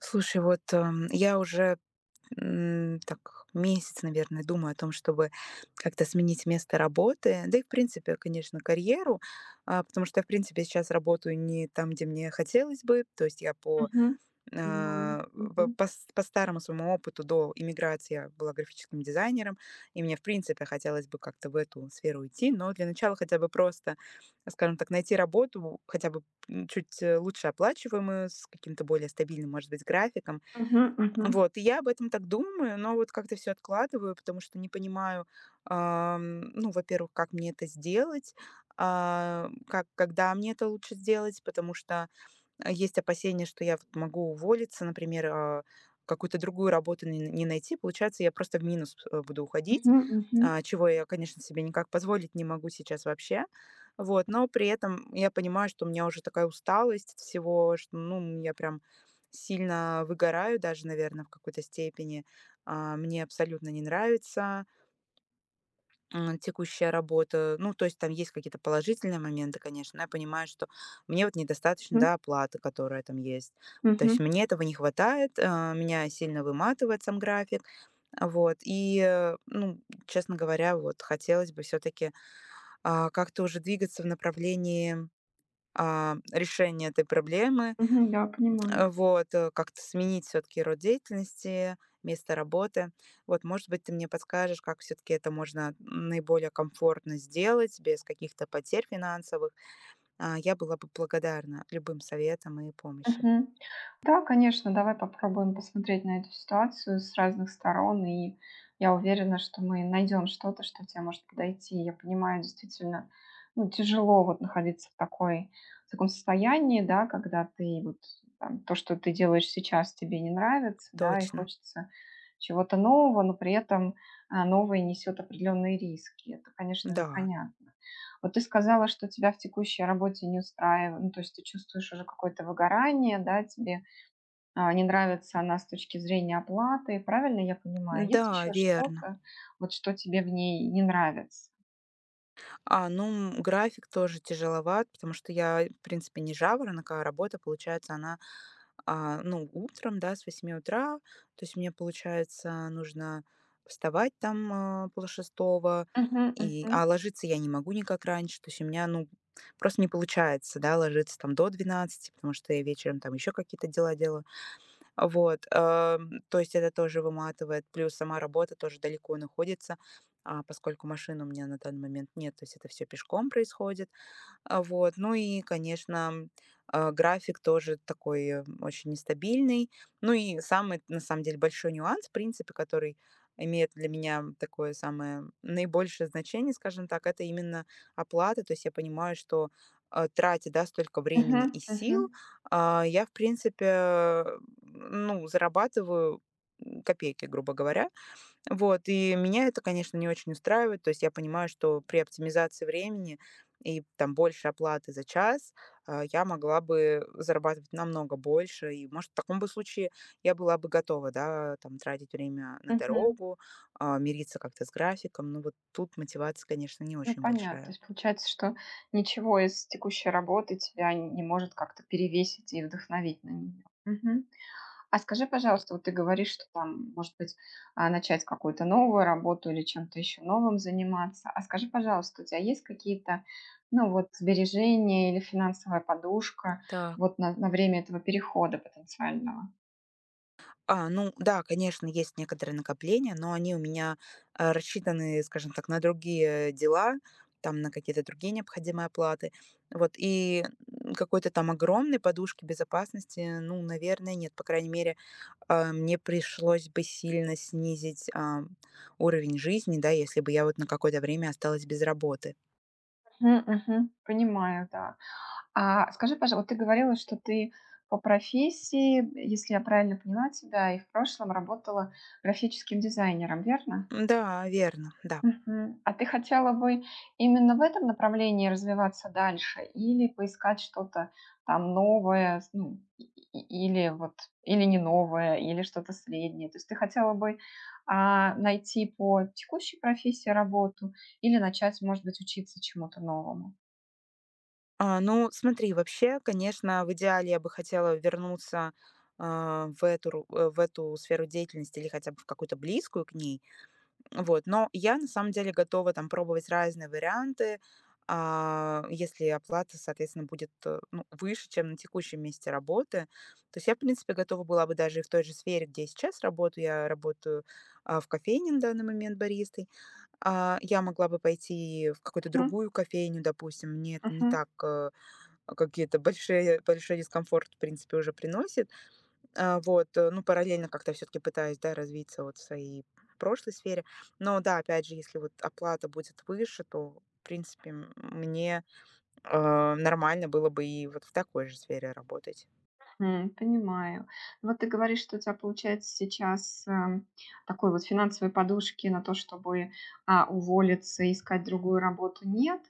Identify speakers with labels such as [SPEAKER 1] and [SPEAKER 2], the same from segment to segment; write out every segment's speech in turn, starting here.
[SPEAKER 1] Слушай, вот, я уже, так месяц, наверное, думаю о том, чтобы как-то сменить место работы, да и, в принципе, конечно, карьеру, потому что я, в принципе, сейчас работаю не там, где мне хотелось бы. То есть я по,
[SPEAKER 2] Мгм. Понимаю.
[SPEAKER 1] э,
[SPEAKER 2] Мгм.
[SPEAKER 1] по с по старому своему опыту до иммиграции я была графическим дизайнером, и мне, в принципе, хотелось бы как-то в эту сферу уйти, но для начала хотя бы просто, скажем так, найти работу хотя бы, чуть, лучше оплачиваемую, с каким-то более стабильным, может быть, графиком.
[SPEAKER 2] Мгм, мгм,
[SPEAKER 1] Вот, и я об этом так думаю, но вот как-то все откладываю, потому что не понимаю, ну, во-первых, как мне это сделать, как когда мне это лучше сделать, потому что, есть опасения, что я вот могу уволиться, например, а, какую-то другую работу не найти. Получается, я просто в минус, буду уходить,
[SPEAKER 2] мгм, мгм,
[SPEAKER 1] чего я, конечно, себе никак позволить не могу сейчас вообще. Вот, но при этом я понимаю, что у меня уже такая усталость от всего, что, ну, я прям сильно выгораю даже, наверное, в какой-то степени. Мне абсолютно не нравится. Текущая работа. Ну, то есть там есть какие-то положительные моменты, конечно, но я понимаю, что мне вот недостаточно,
[SPEAKER 2] мгм,
[SPEAKER 1] да, оплаты, которая там есть. То есть
[SPEAKER 2] мгм,
[SPEAKER 1] мне этого не хватает, меня сильно выматывает сам график. Вот. И ну, честно говоря, вот хотелось бы все-таки как-то уже двигаться в направлении решения этой проблемы.
[SPEAKER 2] мгм. Да, понимаю.
[SPEAKER 1] Как-то сменить все таки род деятельности, место работы. Вот, может быть, ты мне подскажешь, как все таки это можно наиболее комфортно сделать без каких-то потерь финансовых. Я была бы благодарна любым советам и помощи.
[SPEAKER 2] Мгм. Да, конечно, давай попробуем посмотреть на эту ситуацию с разных сторон, и я уверена, что мы найдем что-то, что тебе может подойти. Я понимаю, действительно, ну, тяжело вот находиться в таком состоянии, да, когда ты вот там, то, что ты делаешь сейчас, тебе не нравится, да, и
[SPEAKER 1] Точно.
[SPEAKER 2] хочется чего-то нового, но при этом новое несет определенные риски. Это, конечно же,
[SPEAKER 1] Да,
[SPEAKER 2] понятно. Вот ты сказала, что тебя в текущей работе не устраивает, ну, то есть ты чувствуешь уже какое-то выгорание, да, тебе не нравится она с точки зрения оплаты, правильно я понимаю? Есть
[SPEAKER 1] да,
[SPEAKER 2] еще
[SPEAKER 1] верно.
[SPEAKER 2] что-то, вот что тебе в ней не нравится?
[SPEAKER 1] Ну, график тоже тяжеловат, потому что я, в принципе, не жаворонок, а работа, получается, она, а, ну, утром, да, с 8 утра. То есть мне, получается, нужно вставать там полшестого,
[SPEAKER 2] Мгм,
[SPEAKER 1] и,
[SPEAKER 2] мгм,
[SPEAKER 1] а ложиться я не могу никак раньше. То есть у меня, ну, просто не получается, да, ложиться там до двенадцати, потому что я вечером там еще какие-то дела делаю. Вот, то есть это тоже выматывает. Плюс сама работа тоже далеко находится, поскольку машин у меня на данный момент нет, то есть это все пешком происходит. Вот, ну и, конечно, а, график тоже такой, очень нестабильный. Ну и самый, на самом деле, большой нюанс, в принципе, который имеет для меня такое самое наибольшее значение, скажем так, это именно оплата. То есть я понимаю, что, тратя, да, столько времени
[SPEAKER 2] мгм,
[SPEAKER 1] и
[SPEAKER 2] мгм,
[SPEAKER 1] сил, я, в принципе, ну, зарабатываю, копейки, грубо говоря. Вот, и меня это, конечно, не очень устраивает. То есть я понимаю, что при оптимизации времени и там больше оплаты за час, я могла бы зарабатывать намного больше. И, может, в таком бы случае я была бы готова, да, там тратить время на
[SPEAKER 2] мгм.
[SPEAKER 1] дорогу, мириться как-то с графиком. Но вот тут мотивация, конечно, не
[SPEAKER 2] Ну,
[SPEAKER 1] очень
[SPEAKER 2] понятно. То
[SPEAKER 1] большая.
[SPEAKER 2] есть получается, что ничего из текущей работы тебя не может как-то перевесить и вдохновить на нее. А скажи, пожалуйста, вот ты говоришь, что там, может быть, начать какую-то новую работу или чем-то еще новым заниматься. А скажи, пожалуйста, у тебя есть какие-то, ну вот, сбережения или финансовая подушка
[SPEAKER 1] Так.
[SPEAKER 2] вот на время этого перехода потенциального?
[SPEAKER 1] Ну да, конечно, есть некоторые накопления, но они у меня, рассчитаны, скажем так, на другие дела, там на какие-то другие необходимые оплаты. Вот, и, какой-то там огромной подушки безопасности, ну, наверное, нет. По крайней мере, мне пришлось бы сильно снизить, уровень жизни, да, если бы я вот на какое-то время осталась без работы.
[SPEAKER 2] Мгм, мгм. Понимаю, да. А скажи, пожалуйста, вот ты говорила, что ты по профессии, если я правильно поняла тебя, и в прошлом работала графическим дизайнером, верно?
[SPEAKER 1] Да, верно, да.
[SPEAKER 2] Мгм. А ты хотела бы именно в этом направлении развиваться дальше или поискать что-то там новое, ну, или вот, или не новое, или что-то среднее? То есть ты хотела бы найти по текущей профессии работу или начать, может быть, учиться чему-то новому?
[SPEAKER 1] Ну, смотри, вообще, конечно, в идеале я бы хотела вернуться в эту сферу деятельности или хотя бы в какую-то близкую к ней. Вот. Но я на самом деле готова там пробовать разные варианты, если оплата, соответственно, будет ну, выше, чем на текущем месте работы. То есть я, в принципе, готова была бы даже и в той же сфере, где я сейчас работаю. Я работаю в кофейне на данный момент баристой. Я могла бы пойти в какую-то
[SPEAKER 2] Мгм.
[SPEAKER 1] другую кофейню, допустим, мне это не
[SPEAKER 2] Мгм.
[SPEAKER 1] так какие-то большие большой дискомфорт, в принципе, уже приносит. Ну, параллельно как-то все таки пытаюсь, да, развиться вот в своей прошлой сфере. Но да, опять же, если вот оплата будет выше, то, в принципе, мне, нормально было бы и вот в такой же сфере работать.
[SPEAKER 2] Понимаю. Ну, вот ты говоришь, что у тебя получается сейчас, такой вот финансовой подушки на то, чтобы, уволиться и искать другую работу нет.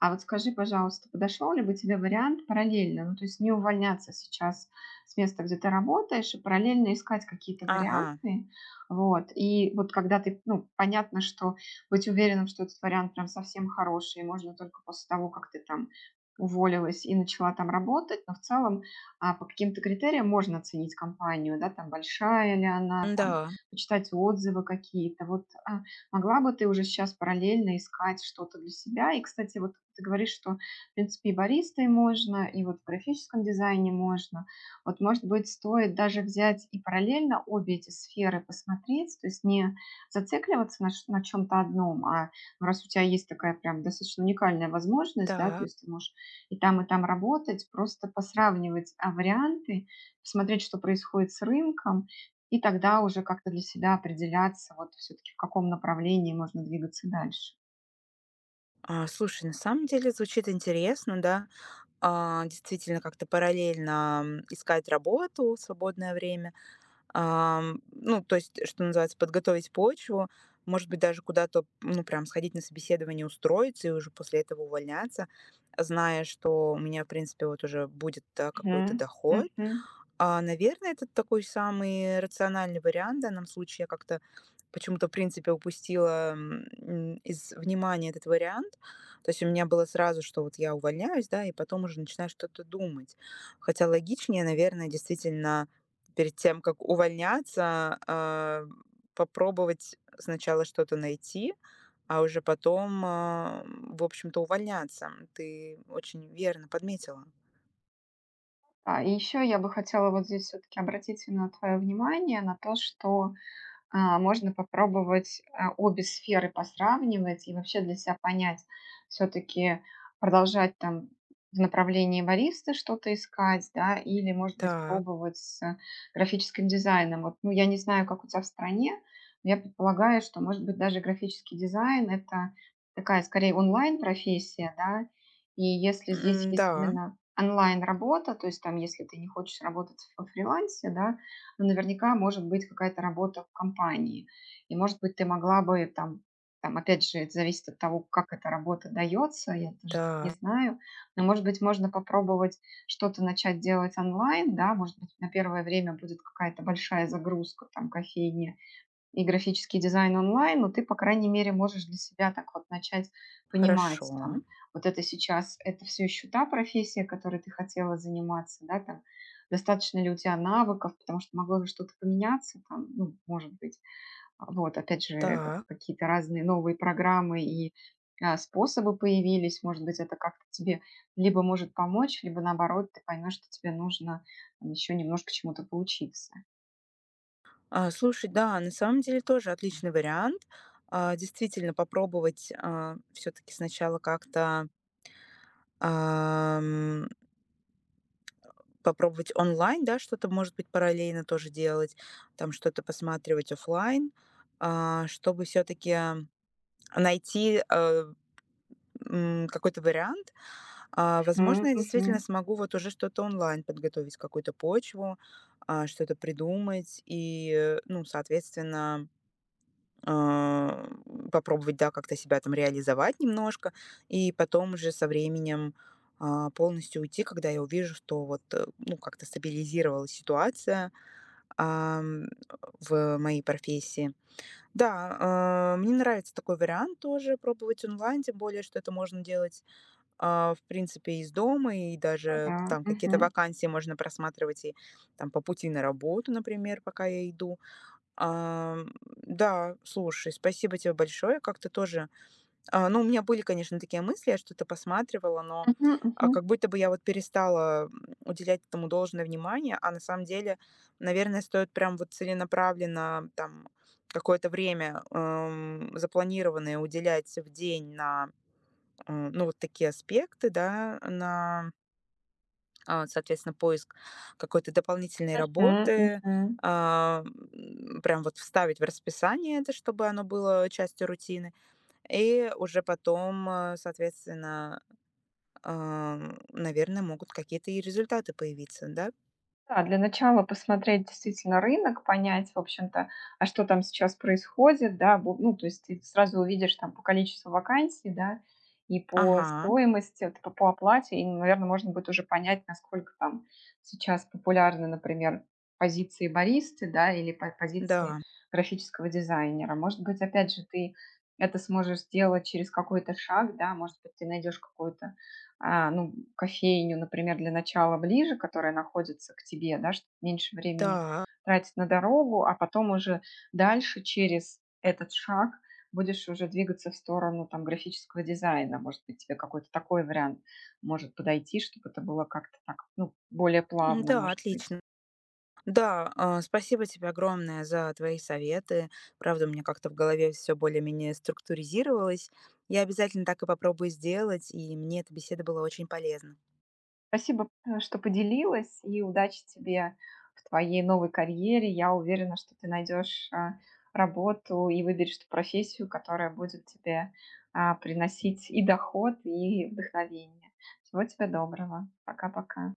[SPEAKER 2] А вот скажи, пожалуйста, подошел ли бы тебе вариант параллельно, ну, то есть не увольняться сейчас с места, где ты работаешь, и параллельно искать какие-то
[SPEAKER 1] Ага,
[SPEAKER 2] варианты? Вот. И вот когда ты, ну, понятно, что быть уверенным, что этот вариант прям совсем хороший, можно только после того, как ты там уволилась и начала там работать, но в целом по каким-то критериям можно оценить компанию, да, там большая ли она,
[SPEAKER 1] да
[SPEAKER 2] там
[SPEAKER 1] да.
[SPEAKER 2] почитать отзывы какие-то. Вот могла бы ты уже сейчас параллельно искать что-то для себя. И, кстати, вот ты говоришь, что, в принципе, и баристой можно, и вот в графическом дизайне можно. Вот, может быть, стоит даже взять и параллельно обе эти сферы посмотреть, то есть не зацикливаться на чем-то одном, а ну, раз у тебя есть такая прям достаточно уникальная возможность, да, то есть ты можешь и там работать, просто посравнивать варианты, посмотреть, что происходит с рынком, и тогда уже как-то для себя определяться, вот все-таки в каком направлении можно двигаться дальше.
[SPEAKER 1] Слушай, на самом деле звучит интересно, да. Действительно, как-то параллельно, искать работу в свободное время. Ну, то есть, что называется, подготовить почву, может быть, даже куда-то, ну, прям сходить на собеседование, устроиться и уже после этого увольняться, зная, что у меня, в принципе, вот уже будет, да, какой-то
[SPEAKER 2] Мгм.
[SPEAKER 1] доход,
[SPEAKER 2] Мгм.
[SPEAKER 1] наверное, это такой самый рациональный вариант в данном случае. Я как-то почему-то, в принципе, упустила из внимания этот вариант. То есть у меня было сразу, что вот я увольняюсь, да, и потом уже начинаю что-то думать. Хотя логичнее, наверное, действительно перед тем, как увольняться, попробовать сначала что-то найти, а уже потом, в общем-то, увольняться. Ты очень верно подметила.
[SPEAKER 2] И еще я бы хотела вот здесь все-таки обратить на твое внимание на то, что можно попробовать, обе сферы посравнивать и вообще для себя понять, все таки продолжать там в направлении бариста что-то искать, да, или, может быть,
[SPEAKER 1] Так,
[SPEAKER 2] пробовать с графическим дизайном. Вот, ну, я не знаю, как у тебя в стране, но я предполагаю, что, может быть, даже графический дизайн — это такая скорее онлайн-профессия, да. И если здесь есть
[SPEAKER 1] да,
[SPEAKER 2] именно онлайн-работа, то есть там, если ты не хочешь работать во фрилансе, да, но наверняка может быть какая-то работа в компании. И, может быть, ты могла бы там, опять же, это зависит от того, как эта работа дается, я тоже не
[SPEAKER 1] да.
[SPEAKER 2] знаю. Но, может быть, можно попробовать что-то начать делать онлайн, да, может быть, на первое время будет какая-то большая загрузка, там, кофейни, и графический дизайн онлайн, но ты, по крайней мере, можешь для себя так вот начать понимать,
[SPEAKER 1] Хорошо.
[SPEAKER 2] там, вот это сейчас, это все еще та профессия, которой ты хотела заниматься, да, там, достаточно ли у тебя навыков, потому что могло же что-то поменяться, там, ну, может быть, вот, опять же,
[SPEAKER 1] Так.
[SPEAKER 2] какие-то разные новые программы и способы появились, может быть, это как-то тебе либо может помочь, либо наоборот, ты поймешь, что тебе нужно еще немножко чему-то поучиться.
[SPEAKER 1] Слушай, да, на самом деле тоже отличный вариант. Действительно, попробовать все-таки сначала как-то, ам, попробовать онлайн, да, что-то, может быть, параллельно тоже делать, там что-то посматривать оффлайн, чтобы все-таки найти какой-то вариант.
[SPEAKER 2] Мгм,
[SPEAKER 1] Возможно, я
[SPEAKER 2] мгм.
[SPEAKER 1] действительно смогу вот уже что-то онлайн подготовить, какую-то почву, что-то придумать и, ну, соответственно, а, попробовать, да, как-то себя там реализовать немножко, и потом уже со временем полностью уйти, когда я увижу, что вот, ну, как-то стабилизировалась ситуация ам, в моей профессии. Да, мне нравится такой вариант тоже пробовать онлайн, тем более, что это можно делать, в принципе, из дома, и
[SPEAKER 2] Ну
[SPEAKER 1] даже
[SPEAKER 2] да,
[SPEAKER 1] там какие-то
[SPEAKER 2] мгм.
[SPEAKER 1] вакансии можно просматривать и там по пути на работу, например, пока я иду. Ам, да, слушай, спасибо тебе большое. Как-то тоже, ну, у меня были, конечно, такие мысли, я что-то посматривала, но
[SPEAKER 2] Мгм, мгм.
[SPEAKER 1] как будто бы я вот перестала уделять этому должное внимание, а на самом деле, наверное, стоит прям вот целенаправленно там какое-то время запланированное уделять в день на, ну, вот такие аспекты, да, на соответственно, поиск какой-то дополнительной
[SPEAKER 2] Мгм,
[SPEAKER 1] работы,
[SPEAKER 2] мгм.
[SPEAKER 1] а, прям вот вставить в расписание это, чтобы оно было частью рутины. И уже потом, соответственно, наверное, могут какие-то и результаты появиться, да?
[SPEAKER 2] Да, для начала посмотреть действительно рынок, понять, в общем-то, а что там сейчас происходит, да, ну, то есть ты сразу увидишь там по количеству вакансий, да, и по
[SPEAKER 1] Ага,
[SPEAKER 2] стоимости, вот по оплате, и, наверное, можно будет уже понять, насколько там сейчас популярны, например, позиции баристы, да, или позиции
[SPEAKER 1] да,
[SPEAKER 2] графического дизайнера. Может быть, опять же, ты это сможешь сделать через какой-то шаг, да, может быть, ты найдешь какую-то ну, кофейню, например, для начала ближе, которая находится к тебе, да, чтобы меньше времени
[SPEAKER 1] да,
[SPEAKER 2] тратить на дорогу, а потом уже дальше через этот шаг будешь уже двигаться в сторону там графического дизайна. Может быть, тебе какой-то такой вариант может подойти, чтобы это было как-то так, ну, более плавно,
[SPEAKER 1] да,
[SPEAKER 2] может быть.
[SPEAKER 1] отлично. Да, спасибо тебе огромное за твои советы. Правда, у меня как-то в голове все более-менее структуризировалось. Я обязательно так и попробую сделать, и мне эта беседа была очень полезна.
[SPEAKER 2] Спасибо, что поделилась, и удачи тебе в твоей новой карьере. Я уверена, что ты найдешь работу и выберешь ту профессию, которая будет тебе приносить и доход, и вдохновение. Всего тебе доброго. Пока-пока.